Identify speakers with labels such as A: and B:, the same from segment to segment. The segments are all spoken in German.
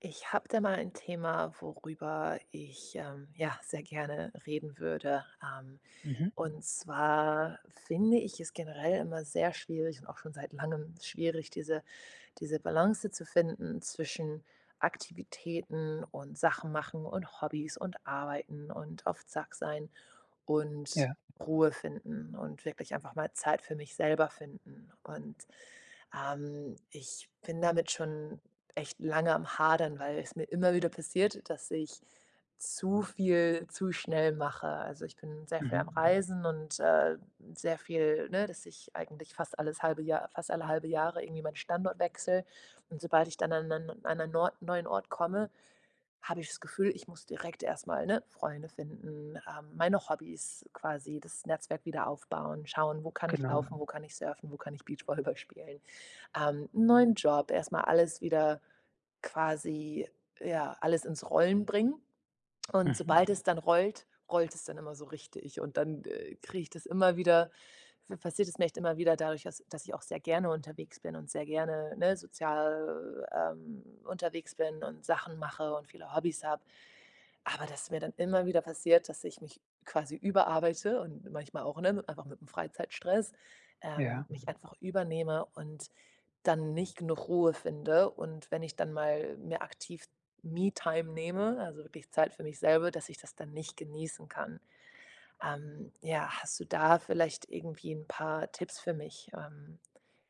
A: Ich habe da mal ein Thema, worüber ich ja sehr gerne reden würde. Ähm,
B: Mhm.
A: und zwar finde ich es generell immer sehr schwierig und auch schon seit langem schwierig, diese Balance zu finden zwischen Aktivitäten und Sachen machen und Hobbys und Arbeiten und auf Zack sein und
B: Ja.
A: Ruhe finden und wirklich einfach mal Zeit für mich selber finden. Und ich bin damit schon echt lange am Hadern, weil es mir immer wieder passiert, dass ich zu viel zu schnell mache. Also, ich bin sehr viel
B: Mhm.
A: am Reisen und sehr viel, ne, dass ich eigentlich fast alle halbe Jahre irgendwie meinen Standort wechsle. Und sobald ich dann an 'nen Nord neuen Ort komme, habe ich das Gefühl, ich muss direkt erstmal, ne, Freunde finden, meine Hobbys quasi, das Netzwerk wieder aufbauen, schauen, wo kann ich
B: Genau.
A: laufen, wo kann ich surfen, wo kann ich Beachvolleyball spielen, 'n neuen Job, erstmal alles wieder quasi, ja, alles ins Rollen bringen. Und
B: Mhm.
A: sobald es dann rollt, rollt es dann immer so richtig. Und dann kriege ich das immer wieder passiert es mir echt immer wieder, dadurch, dass ich auch sehr gerne unterwegs bin und sehr gerne, ne, sozial, unterwegs bin und Sachen mache und viele Hobbys habe, aber das ist mir dann immer wieder passiert, dass ich mich quasi überarbeite und manchmal auch, ne, einfach mit dem Freizeitstress
B: Ja.
A: mich einfach übernehme und dann nicht genug Ruhe finde. Und wenn ich dann mal mehr aktiv Me-Time nehme, also wirklich Zeit für mich selber, dass ich das dann nicht genießen kann. Ja, hast du da vielleicht irgendwie ein paar Tipps für mich,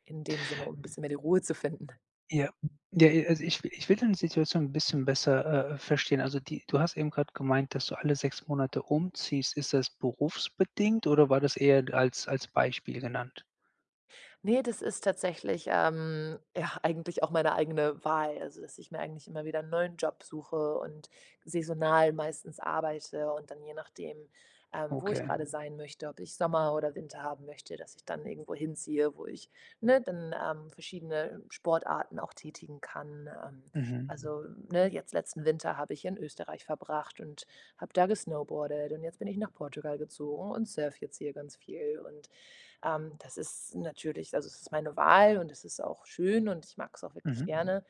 A: in dem Sinne, um ein bisschen mehr die Ruhe zu finden?
B: Ja. Ja, i also ich will deine Situation ein bisschen besser, verstehen. Also die du hast eben gerade gemeint, dass du alle 6 Monate umziehst. Ist das berufsbedingt oder war das eher als Beispiel genannt?
A: Ne, das ist tatsächlich, ja, eigentlich auch meine eigene Wahl. Also, dass ich mir eigentlich immer wieder 'n neuen Job suche und saisonal meistens arbeite und dann je nachdem, wo ich
B: Okay.
A: gerade sein möchte, ob ich Sommer oder Winter haben möchte, dass ich dann irgendwo hinziehe, wo ich, ne, dann verschiedene Sportarten auch tätigen kann.
B: Mhm.
A: Also, ne, jetzt letzten Winter habe ich in Österreich verbracht und habe da gesnowboardet, und jetzt bin ich nach Portugal gezogen und surf jetzt hier ganz viel und das ist natürlich, also, es ist meine Wahl und es ist auch schön und ich mag es auch wirklich
B: Mhm.
A: gerne.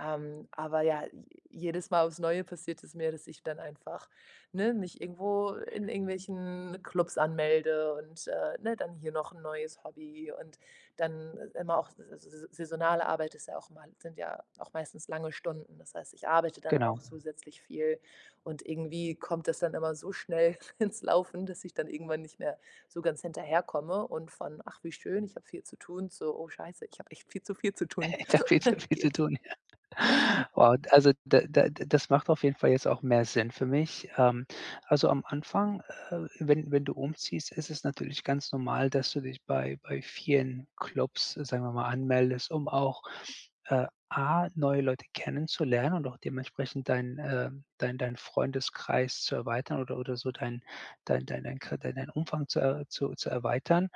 A: Aber ja, j jedes Mal aufs Neue passiert es mir, dass ich dann einfach, ne, mich irgendwo in irgendwelchen Clubs anmelde und ne, dann hier noch ein neues Hobby, und dann immer auch s s saisonale Arbeit ist ja auch mal sind ja auch meistens lange Stunden. Das heißt, ich arbeite dann
B: Genau.
A: auch zusätzlich viel, und irgendwie kommt das dann immer so schnell ins Laufen, dass ich dann irgendwann nicht mehr so ganz hinterherkomme und von: „Ach, wie schön, ich habe viel zu tun“ zu: „Oh, scheiße, ich habe echt viel zu tun“
B: Da viel zu
A: geht.
B: tun. Wow, also da da das macht auf jeden Fall jetzt auch mehr Sinn für mich. Also am Anfang, wenn du umziehst, ist es natürlich ganz normal, dass du dich bei vielen Clubs, sagen wir mal, anmeldest, um auch, A, neue Leute kennenzulernen und auch dementsprechend deinen, deinen Freundeskreis zu erweitern oder so dein dein dein dein Kre dein deinen Umfang zu erweitern.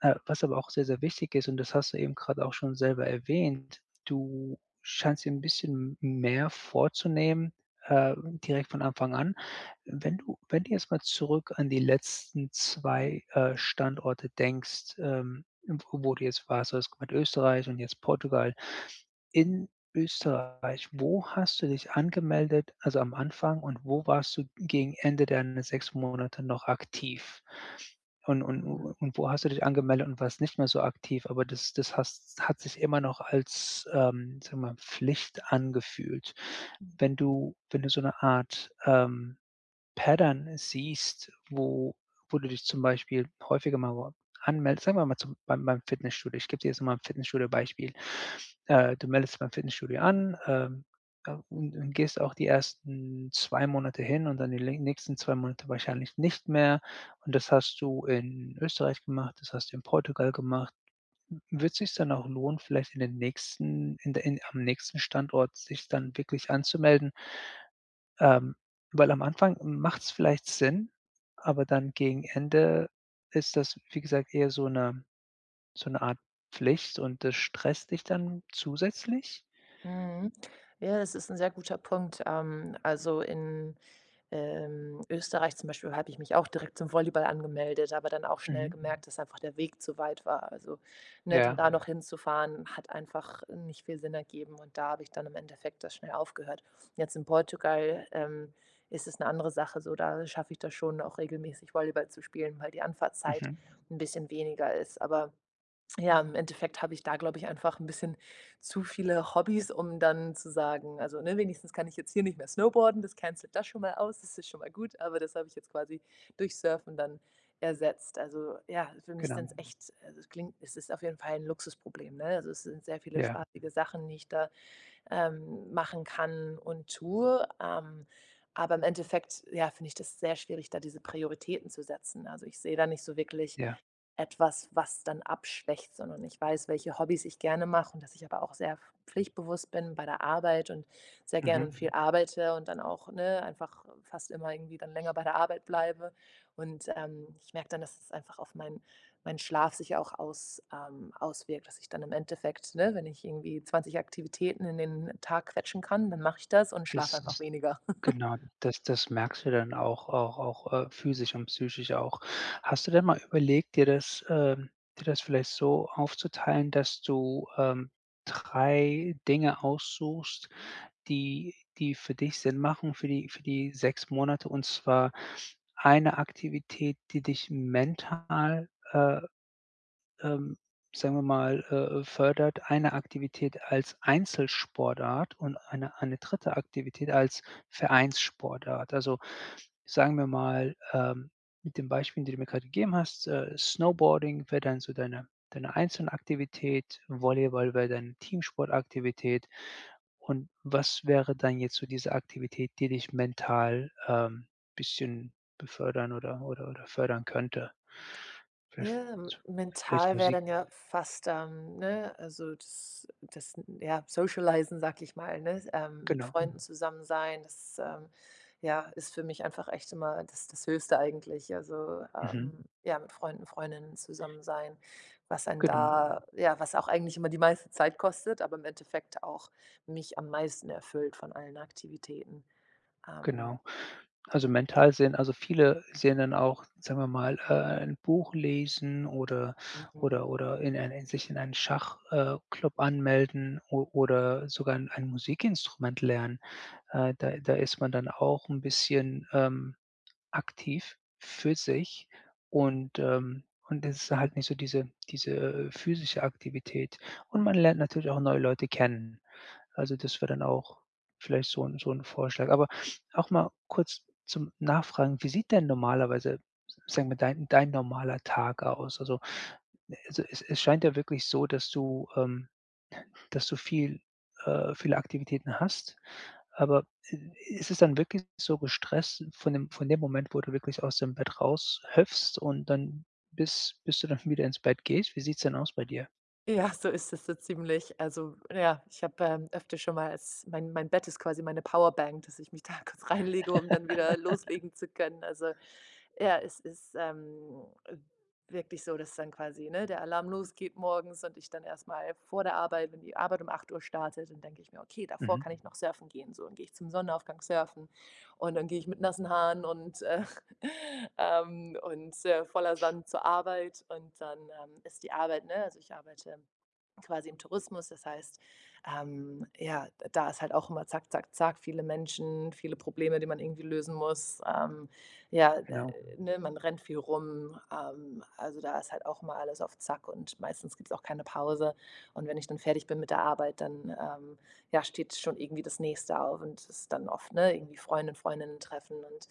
B: Was aber auch sehr, sehr wichtig ist, und das hast du eben gerade auch schon selber erwähnt, du scheinst dir 'n bisschen m mehr vorzunehmen, äh, direkt von Anfang an. Wenn du jetzt mal zurück an die letzten 2 Standorte denkst, wo du jetzt warst, du hast gemeint Österreich und jetzt Portugal. In Österreich, wo hast du dich angemeldet, also am Anfang und wo warst du gegen Ende deiner 6 Monate noch aktiv?
A: Mhm.
B: Und wo hast du dich angemeldet und warst nicht mehr so aktiv, aber das das hast hat sich immer noch als, sagen wir mal, Pflicht angefühlt. Wenn du so eine Art, ähm, Pattern siehst, wo du dich zum Beispiel häufiger mal wo anmeldest. Sagen wir mal zum beim Fitnessstudio. Ich gebe dir jetzt mal ein Fitnessstudio-Beispiel. Du meldest beim Fitnessstudio an, ja, und gehst auch die ersten 2 Monate hin und dann die lä nächsten 2 Monate wahrscheinlich nicht mehr. Und das hast du in Österreich gemacht, das hast du in Portugal gemacht. Wird es sich dann auch lohnen, vielleicht in den nächsten in der in am nächsten Standort sich dann wirklich anzumelden, ähm, weil am Anfang macht's vielleicht Sinn, aber dann gegen Ende ist das, wie gesagt, eher so 'ne Art Pflicht und das stresst dich dann zusätzlich?
A: Mhm. Ja, das ist ein sehr guter Punkt. Also, in Österreich zum Beispiel habe ich mich auch direkt zum Volleyball angemeldet, aber dann auch schnell
B: Mhm.
A: gemerkt, dass einfach der Weg zu weit war. Also, ne, dann
B: Ja.
A: da noch hinzufahren, hat einfach nicht viel Sinn ergeben, und da habe ich dann im Endeffekt das schnell aufgehört. Jetzt in Portugal ist es eine andere Sache so, da schaffe ich das schon, auch regelmäßig Volleyball zu spielen, weil die Anfahrtzeit
B: Mhm.
A: ein bisschen weniger ist. Aber ja, im Endeffekt habe ich da, glaube ich, einfach ein bisschen zu viele Hobbys, um dann zu sagen, also, ne, wenigstens kann ich jetzt hier nicht mehr snowboarden, das cancelt das schon mal aus, das ist schon mal gut, aber das habe ich jetzt quasi durch Surfen dann ersetzt. Also, ja, für mich sind's
B: Genau.
A: echt, also, es klingt, es ist auf jeden Fall ein Luxusproblem, ne? Also, es sind sehr viele
B: Ja,
A: spaßige Sachen, die ich da machen kann und tue. Aber im Endeffekt, ja, finde ich das sehr schwierig, da diese Prioritäten zu setzen. Also, ich sehe da nicht so wirklich
B: ja.
A: etwas, was dann abschwächt, sondern ich weiß, welche Hobbys ich gerne mache und dass ich aber auch sehr pflichtbewusst bin bei der Arbeit und sehr gern
B: Mhm.
A: und viel arbeite und dann auch, ne, einfach fast immer irgendwie dann länger bei der Arbeit bleibe. Und ich merke dann, dass es einfach auf meinen Schlaf sich auch auswirkt, dass ich dann im Endeffekt, ne, wenn ich irgendwie 20 Aktivitäten in den Tag quetschen kann, dann mache ich das und schlafe einfach
B: Das
A: weniger.
B: genau, das merkst du dann auch physisch und psychisch auch. Hast du denn mal überlegt, dir das vielleicht so aufzuteilen, dass du, 3 Dinge aussuchst, die für dich Sinn machen für die 6 Monate, und zwar eine Aktivität, die dich mental, ähm, sagen wir mal, fördert, eine Aktivität als Einzelsportart und eine dritte Aktivität als Vereinssportart. Also, sagen wir mal, mit dem Beispiel, den du mir gerade gegeben hast, Snowboarding wäre dann so deine Einzelaktivität, Volleyball wäre deine Teamsportaktivität. Und was wäre dann jetzt so diese Aktivität, die dich mental, bisschen befördern oder fördern könnte? Vielleicht
A: Ja, m mental wäre
B: Musik?
A: dann ja fast, ne, also das ja, Socialisen, sag ich mal, ne, mit
B: Genau.
A: Freunden zusammen sein, das, ja, ist für mich einfach echt immer das Höchste eigentlich. Also,
B: Mhm.
A: ja, mit Freunden, Freundinnen zusammen sein, was einen
B: Genau,
A: da, ja, was auch eigentlich immer die meiste Zeit kostet, aber im Endeffekt auch mich am meisten erfüllt von allen Aktivitäten. Ähm,
B: genau. Also, mental sehen also, viele sehen dann auch, sagen wir mal, ein Buch lesen
A: mhm.
B: oder in einen Schach Club anmelden, o oder sogar 'n ein Musikinstrument lernen. Da ist man dann auch ein bisschen, aktiv für sich und es ist halt nicht so diese physische Aktivität. Und man lernt natürlich auch neue Leute kennen. Also, das wäre dann auch vielleicht so ein so 'n Vorschlag. Aber auch mal kurz zum Nachfragen, wie sieht denn normalerweise, sagen wir, dein normaler Tag aus? Also, ne, also, es scheint ja wirklich so, dass du viel, viele Aktivitäten hast, aber i ist es dann wirklich so gestresst von dem Moment, wo du wirklich aus dem Bett raushüpfst und dann bis du dann wieder ins Bett gehst? Wie sieht's denn aus bei dir?
A: Ja, so ist es so ziemlich. Also, ja, ich habe, öfter schon mal, als mein Bett ist quasi meine Powerbank, dass ich mich da kurz reinlege, um dann wieder loslegen zu können. Also, ja, es ist, wirklich so, dass dann quasi, ne, der Alarm losgeht morgens und ich dann erstmal vor der Arbeit wenn die Arbeit um 8 Uhr startet, dann denke ich mir: „Okay, davor
B: Mhm,
A: kann ich noch surfen gehen“, so. Dann gehe ich zum Sonnenaufgang surfen, und dann gehe ich mit nassen Haaren und und voller Sand zur Arbeit, und dann ist die Arbeit, ne, also ich arbeite quasi im Tourismus. Das heißt ja, da ist halt auch immer zack, zack, zack, viele Menschen, viele Probleme, die man irgendwie lösen muss. Ja,
B: genau.
A: ne, man rennt viel rum. Also da ist halt auch immer alles auf Zack und meistens gibt es auch keine Pause. Und wenn ich dann fertig bin mit der Arbeit, dann ja, steht schon irgendwie das Nächste auf, und es ist dann oft, ne, irgendwie Freundin, Freundinnen treffen und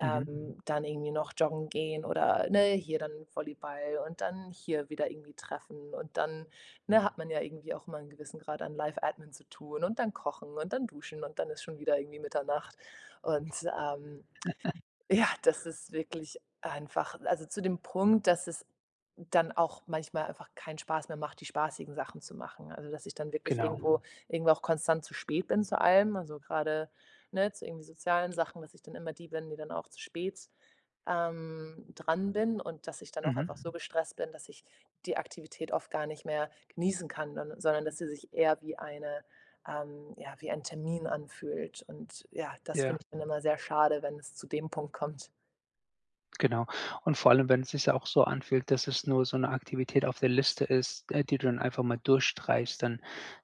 B: Mhm,
A: dann irgendwie noch joggen gehen oder, ne, hier dann Volleyball und dann hier wieder irgendwie treffen, und dann, ne, hat man ja irgendwie auch immer einen gewissen Grad an Live-Admin zu tun, und dann kochen und dann duschen, und dann ist schon wieder irgendwie Mitternacht, und ähm, ja, das ist wirklich einfach, also, zu dem Punkt, dass es dann auch manchmal einfach keinen Spaß mehr macht, die spaßigen Sachen zu machen. Also, dass ich dann wirklich
B: genau.
A: irgendwo auch konstant zu spät bin zu allem. Also, gerade, ne, zu irgendwie sozialen Sachen, dass ich dann immer die bin, die dann auch zu spät dran bin, und dass ich dann auch
B: Mhm,
A: einfach so gestresst bin, dass ich die Aktivität oft gar nicht mehr genießen kann, sondern dass sie sich eher wie ein Termin anfühlt. Und ja, das finde
B: ja.
A: ich dann immer sehr schade, wenn es zu dem Punkt kommt.
B: Genau. Und vor allem, wenn es sich ja auch so anfühlt, dass es nur so eine Aktivität auf der Liste ist, die du dann einfach mal durchstreichst, dann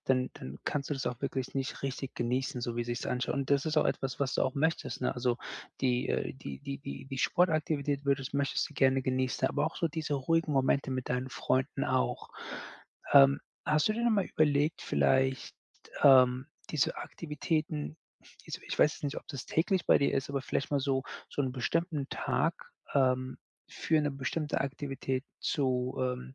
B: kannst du das auch wirklich nicht richtig genießen, so wie sich's anschaut. Und das ist auch etwas, was du auch möchtest, ne? Also, die die Sportaktivität würdest möchtest du gerne genießen, aber auch so diese ruhigen Momente mit deinen Freunden auch. Hast du dir noch mal überlegt, vielleicht, diese Aktivitäten, ich weiß jetzt nicht, ob das täglich bei dir ist, aber vielleicht mal so so einen bestimmten Tag, ähm, für eine bestimmte Aktivität ähm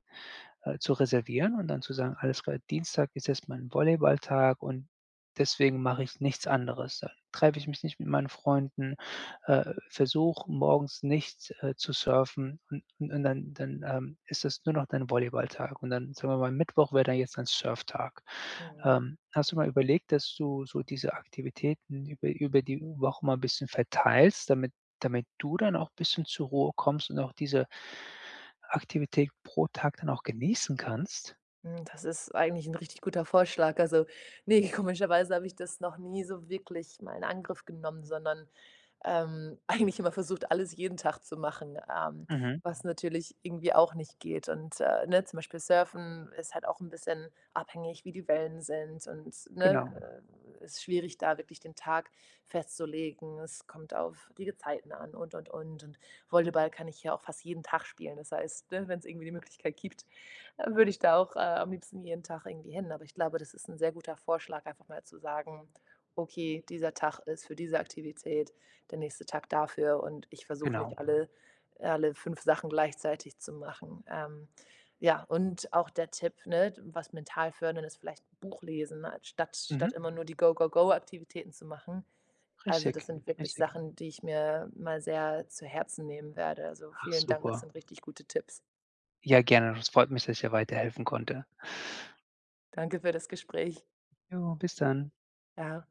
B: äh, zu reservieren und dann zu sagen: „Alles klar, Dienstag ist jetzt mein Volleyballtag und deswegen mache ich nichts anderes.“ Dann treffe ich mich nicht mit meinen Freunden, versuche morgens nicht, zu surfen und dann ist das nur noch dein Volleyballtag und dann, sagen wir mal, Mittwoch wäre dann jetzt dein Surftag.
A: Mhm.
B: Hast du mal überlegt, dass du so diese Aktivitäten über die Woche mal ein bisschen verteilst, damit du dann auch ein bisschen zur Ruhe kommst und auch diese Aktivität pro Tag dann auch genießen kannst?
A: Das ist eigentlich ein richtig guter Vorschlag. Also, nee, komischerweise habe ich das noch nie so wirklich mal in Angriff genommen, sondern eigentlich immer versucht, alles jeden Tag zu machen,
B: Mhm,
A: was natürlich irgendwie auch nicht geht. Und ne, zum Beispiel Surfen ist halt auch ein bisschen abhängig, wie die Wellen sind und,
B: genau,
A: ne, ist schwierig, da wirklich den Tag festzulegen. Es kommt auf die Gezeiten an und und. Und Volleyball kann ich ja auch fast jeden Tag spielen. Das heißt, ne, wenn es irgendwie die Möglichkeit gibt, würde ich da auch am liebsten jeden Tag irgendwie hin. Aber ich glaube, das ist ein sehr guter Vorschlag, einfach mal zu sagen, okay, dieser Tag ist für diese Aktivität, der nächste Tag dafür, und ich versuche nicht
B: genau.
A: alle 5 Sachen gleichzeitig zu machen. Ja, und auch der Tipp, ne, was mental fördern ist, vielleicht ein Buch lesen, ne, statt
B: Mhm,
A: statt immer nur die Go-Go-Go-Aktivitäten zu machen. Also, das
B: richtig,
A: sind wirklich
B: richtig.
A: Sachen, die ich mir mal sehr zu Herzen nehmen werde. Also,
B: Ach
A: vielen Dank, das
B: super.
A: sind richtig gute Tipps.
B: Ja, gerne. Es freut mich, dass ich dir weiterhelfen konnte.
A: Danke für das Gespräch.
B: Jo, bis dann.
A: Ja.